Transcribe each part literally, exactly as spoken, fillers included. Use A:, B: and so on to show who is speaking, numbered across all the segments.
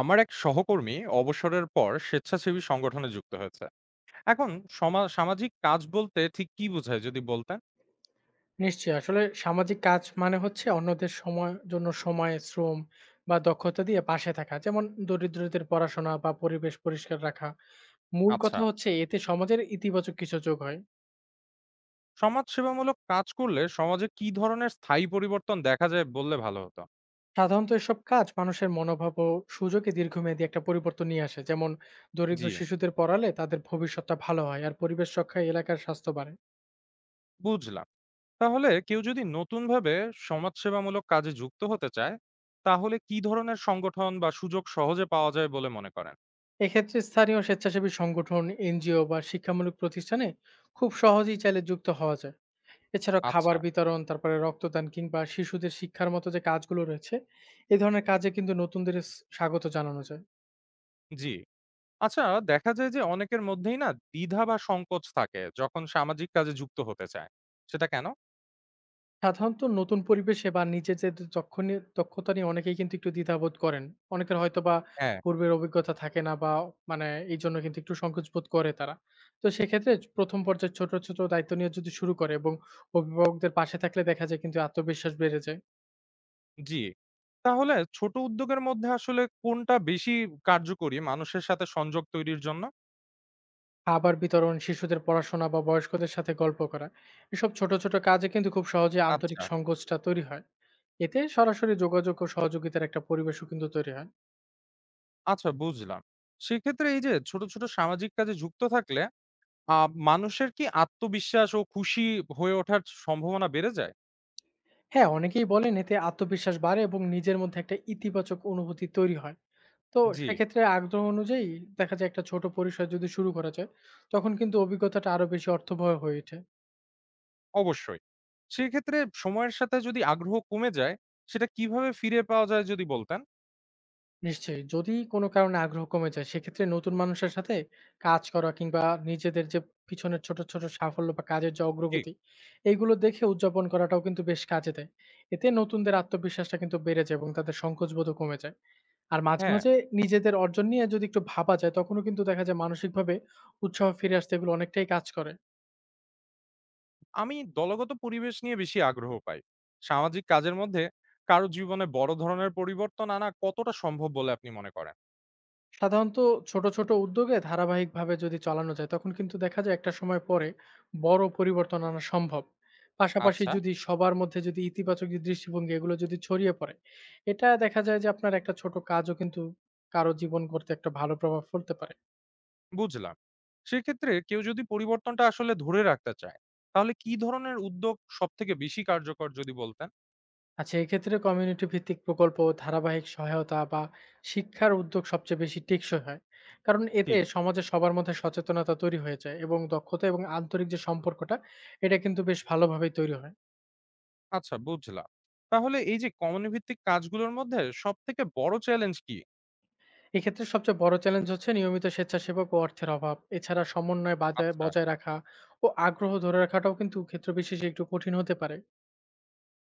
A: আমার এক সহকর্মী অবসরের পর স্বেচ্ছাসেবী সংগঠনে যুক্ত হয়েছে এখন সমা- সামাজিক কাজ বলতে ঠিক কি বোঝায় যদি বলতেন।
B: নিশ্চয়ই। আসলে সামাজিক কাজ মানে হচ্ছে অন্যদের সময় জন্য সময়, শ্রম বা দক্ষতা দিয়ে পাশে থাকা। যেমন দরিদ্রদের পড়াশোনা বা পরিবেশ পরিষ্কার রাখা। মূল
A: আচ্ছা,
B: কথা হচ্ছে এতে সমাজের ইতিবাচক কিছু যোগ হয়।
A: সমাজ সেবামূলক কাজ করলে সমাজে কি ধরনের স্থায়ী পরিবর্তন দেখা যায় বললে ভালো হতো।
B: সাধারণত এসব কাজ মানুষের মনোভাব ও সুযোগে দীর্ঘমেয়াদী একটা পরিবর্তন নিয়ে আসে। যেমন
A: জি,
B: দরিদ্র শিশুদের পড়ালে তাদের ভবিষ্যৎটা ভালো হয়, আর পরিবেশ রক্ষায় এলাকার স্বাস্থ্য বাড়ে।
A: বুঝলাম। তাহলে কেউ যদি নতুন ভাবে সমাজ সেবামূলক কাজে যুক্ত হতে চায় তাহলে কি ধরনের সংগঠন বা সুযোগ সহজে পাওয়া যায় বলে মনে করেন।
B: এক্ষেত্রে স্থানীয় স্বেচ্ছাসেবী সংগঠন, এনজিও বা শিক্ষামূলক প্রতিষ্ঠানে খুব সহজেই চাইলে যুক্ত হওয়া যায়। এছাড়াও খাবার
A: আচ্ছা।
B: বিতরণ, তারপরে রক্তদান কিংবা শিশুদের শিক্ষার মতো যে কাজগুলো রয়েছে, এ ধরনের কাজে কিন্তু নতুনদের স স্বাগত জানানো যায়।
A: জি, আচ্ছা, দেখা যায় যে অনেকের মধ্যেই না দ্বিধা বা সংকোচ থাকে যখন সামাজিক কাজে যুক্ত হতে চায়, সেটা কেন?
B: সাধারণত নতুন পরিবেশে বা নিজেদের দক্ষ নিয়ে দক্ষতা নিয়ে অনেকেই কিন্তু একটু দ্বিধাবোধ করেন। অনেকের হয়তোবা
A: হ্যাঁ।
B: পূর্বের অভিজ্ঞতা থাকে না বা মানে এইজন্য কিন্তু একটু সংকোচ বোধ করে তারা। তো সেক্ষেত্রে প্রথম পর্যায়ে ছোট, ছোট দায়িত্ব নিয়ে যদি শুরু করে এবং অভিভাবকদের পাশে থাকলে দেখা যায় কিন্তু আত্মবিশ্বাস বেড়ে যায়।
A: জি। তাহলে ছোট উদ্যোগের মধ্যে আসলে কোনটা বেশি কার্যকরী মানুষের সাথে সংযোগ তৈরির জন্য?
B: খাবার বিতরণ, শিশুদের পড়াশোনা বা বয়স্কদের সাথে গল্প করা, এসব ছোট, ছোট কাজে কিন্তু খুব সহজে আন্তরিক
A: আচ্ছা।
B: সংগোষ্ঠটা তৈরি হয়। এতে সরাসরি যোগাযোগ ও সহযোগিতার একটা পরিবেশও কিন্তু তৈরি হয়।
A: আচ্ছা, বুঝলাম। সেক্ষেত্রে এই যে ছোট ছোট সামাজিক কাজে যুক্ত থাকলে আহ মানুষের কি আত্মবিশ্বাস ও খুশি হয়ে ওঠার সম্ভাবনা বেড়ে যায়?
B: হ্যাঁ, অনেকেই বলেন এতে আত্মবিশ্বাস বাড়ে এবং নিজের মধ্যে একটা ইতিবাচক অনুভূতি তৈরি হয়। তো
A: জি।
B: সেক্ষেত্রে আগ্রহ অনুযায়ী দেখা যায় একটা ছোট পরিসর যদি শুরু করা যায়, তখন কিন্তু অভিজ্ঞতাটা আরো বেশি অর্থবহ হয়ে ওঠে।
A: অবশ্যই। সেক্ষেত্রে সময়ের সাথে যদি আগ্রহ কমে যায় সেটা কিভাবে ফিরে পাওয়া যায় যদি বলতেন।
B: নিশ্চয়ই। যদি কোনো কারণে আগ্রহ কমে যায়, সেক্ষেত্রে নতুন মানুষের সাথে কাজ করা কিংবা নিজেদের যে পিছনের ছোট, ছোট সাফল্য বা কাজের যে
A: ঠিক।
B: অগ্রগতি, এগুলো দেখে উদযাপন করাটাও কিন্তু বেশ কাজে দেয়। এতে নতুনদের আত্মবিশ্বাসটা কিন্তু বেড়ে যায় এবং তাদের সংকোচবোধও কমে যায়। আর মাঝে,
A: হ্যাঁ।
B: মাঝে নিজেদের অর্জন নিয়ে যদি একটু ভাবা যায়, তখনও কিন্তু দেখা যায় মানসিকভাবে উৎসাহ ফিরে আসতে এগুলো অনেকটাই কাজ করে।
A: আমি দলগত পরিবেশ নিয়ে বেশি আগ্রহ পাই। সামাজিক কাজের মধ্যে কারো জীবনে বড় ধরনের পরিবর্তন আনা কতটা সম্ভব বলে আপনি মনে করেন?
B: সাধারণত ছোট, ছোট উদ্যোগে ধারাবাহিকভাবে যদি চালানো যায়, তখন কিন্তু দেখা যায় একটা সময় পরে বড় পরিবর্তন আনা সম্ভব। পাশাপাশি
A: আচ্ছা,
B: যদি সবার মধ্যে যদি ইতিবাচক যে দৃষ্টিভঙ্গি, এগুলো যদি ছড়িয়ে পড়ে, এটা দেখা যায় যে আপনার একটা ছোট কাজও কিন্তু কারো জীবন গড়তে একটা ভালো প্রভাব ফেলতে পারে।
A: বুঝলাম। সেক্ষেত্রে কেউ যদি পরিবর্তনটা আসলে ধরে রাখতে চায়, তাহলে কি ধরনের উদ্যোগ সবথেকে বেশি কার্যকর যদি বলতেন?
B: আচ্ছা, এক্ষেত্রে কমিউনিটি ভিত্তিক প্রকল্প, ধারাবাহিক সহায়তা বা শিক্ষার উদ্যোগ সবচেয়ে বেশি টেকসই হয়। কারণ
A: জি,
B: এতে সমাজে সবার মধ্যে সচেতনতা তৈরি হয়ে যায় এবং দক্ষতা এবং আন্তরিক যে সম্পর্কটা, এটা কিন্তু বেশ ভালোভাবেই তৈরি হয়।
A: আচ্ছা, বুঝলাম। তাহলে এই যে কমিউনি ভিত্তিক কাজগুলোর মধ্যে সবথেকে বড় চ্যালেঞ্জ কি?
B: এক্ষেত্রে সবচেয়ে বড় চ্যালেঞ্জ হচ্ছে নিয়মিত স্বেচ্ছাসেবক ও অর্থের অভাব, এছাড়া সমন্বয় বাজায়
A: আচ্ছা,
B: বজায় রাখা ও আগ্রহ ধরে রাখাটাও কিন্তু ক্ষেত্র বিশেষে একটু কঠিন হতে পারে।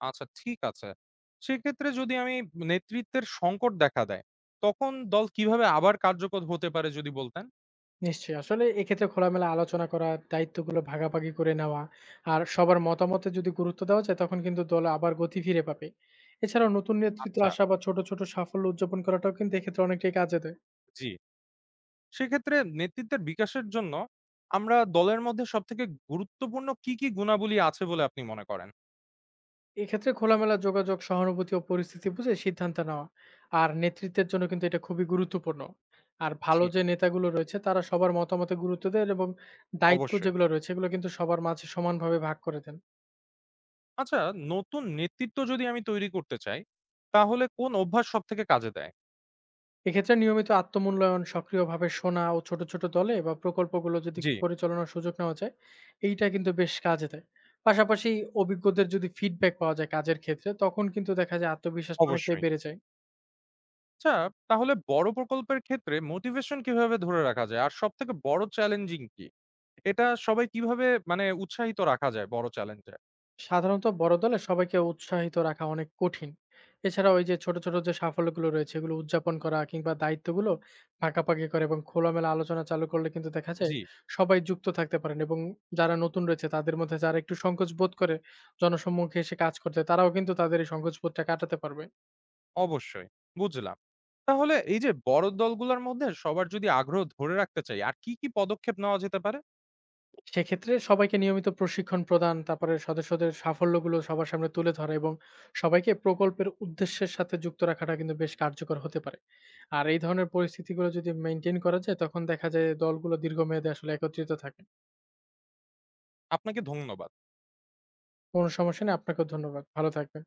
A: আচ্ছা, ঠিক আছে। সেক্ষেত্রে যদি আমি নেতৃত্বের সংকট দেখা দেয়, তখন দল কিভাবে আবার কার্যকর হতে পারে যদি বলতেন?
B: নিশ্চয়ই, আসলে এক্ষেত্রে খোলামেলা আলোচনা করা, দায়িত্বগুলো ভাগাভাগি করে নেওয়া আর সবার মতামতে যদি গুরুত্ব দেওয়া যায়, তখন কিন্তু দল আবার গতি ফিরে পাবে। এছাড়াও নতুন নেতৃত্ব
A: আচ্ছা,
B: আসা বা ছোট ছোট সাফল্য উদযাপন করাটাও কিন্তু এক্ষেত্রে অনেকটাই কাজে দেয়।
A: জি। সেক্ষেত্রে নেতৃত্বের বিকাশের জন্য আমরা দলের মধ্যে সবথেকে গুরুত্বপূর্ণ কি, কি গুণাবলী আছে বলে আপনি মনে করেন?
B: এক্ষেত্রে খোলামেলা যোগাযোগ, সহানুভূতি ও পরিস্থিতি বুঝে সিদ্ধান্ত নেওয়া, আর নেতৃত্বের জন্য কিন্তু এটা খুবই গুরুত্বপূর্ণ। আর ভালো
A: জি।
B: যে নেতাগুলো রয়েছে তারা সবার মতামতে গুরুত্ব দেন এবং দায়িত্ব
A: অবশ্যই।
B: যেগুলো রয়েছে এগুলো কিন্তু সবার মাঝে সমানভাবে ভাগ করে দেন।
A: আচ্ছা, নতুন নেতৃত্ব যদি আমি তৈরি করতে চাই, তাহলে কোন অভ্যাস সবথেকে কাজে দেয়?
B: এক্ষেত্রে নিয়মিত আত্মমূল্যায়ন, সক্রিয়ভাবে শোনা ও ছোট, ছোট দলে বা প্রকল্পগুলো যদি
A: জি,
B: পরিচালনার সুযোগ নেওয়া যায়, এইটা কিন্তু বেশ কাজে দেয়। পাশাপাশি অভিজ্ঞদের যদি ফিডব্যাক পাওয়া যায় কাজের ক্ষেত্রে, তখন কিন্তু দেখা যায় আত্মবিশ্বাসটা অনেকটাই
A: অবশ্যই।
B: বেড়ে যায়।
A: আচ্ছা, তাহলে বড় প্রকল্পের ক্ষেত্রে মোটিভেশন কিভাবে ধরে রাখা যায়? আর সবথেকে বড় চ্যালেঞ্জিং কি? এটা সবাই কিভাবে, মানে উৎসাহিত রাখা যায় বড় চ্যালেঞ্জে?
B: সাধারণত বড় দলে সবাইকে উৎসাহিত রাখা অনেক কঠিন। এছাড়া ওই যে ছোট, ছোট যে সাফল্যগুলো রয়েছে এগুলো উদযাপন করা কিংবা দায়িত্বগুলো ভাগাভাগি করে এবং খোলামেলা আলোচনা চালু করলে কিন্তু দেখা যায়
A: জি।
B: সবাই যুক্ত থাকতে পারেন, এবং যারা নতুন রয়েছে তাদের মধ্যে যারা একটু সংকোচ বোধ করে জনসম্মুখে এসে কাজ করতে, তারাও কিন্তু তাদের এই সংকোচ বোধটা কাটাতে পারবে।
A: অবশ্যই, বুঝলাম। তাহলে এই যে বড় দলগুলোর মধ্যে সবার যদি আগ্রহ ধরে রাখতে চাই, আর কি, কি পদক্ষেপ নেওয়া যেতে পারে?
B: সেক্ষেত্রে সবাইকে নিয়মিত প্রশিক্ষণ প্রদান, তারপরে সদস্যদের সাফল্যগুলো সবার সামনে তুলে ধরা এবং সবাইকে প্রকল্পের উদ্দেশ্যের সাথে যুক্ত রাখাটা কিন্তু বেশ কার্যকর হতে পারে। আর এই ধরনের পরিস্থিতিগুলো যদি মেইনটেইন করা যায়, তখন দেখা যায় দলগুলো দীর্ঘমেয়াদে আসলে একত্রিত থাকে।
A: আপনাকে ধন্যবাদ।
B: কোনো সমস্যা নেই, আপনাকেও ধন্যবাদ। ভালো থাকবেন।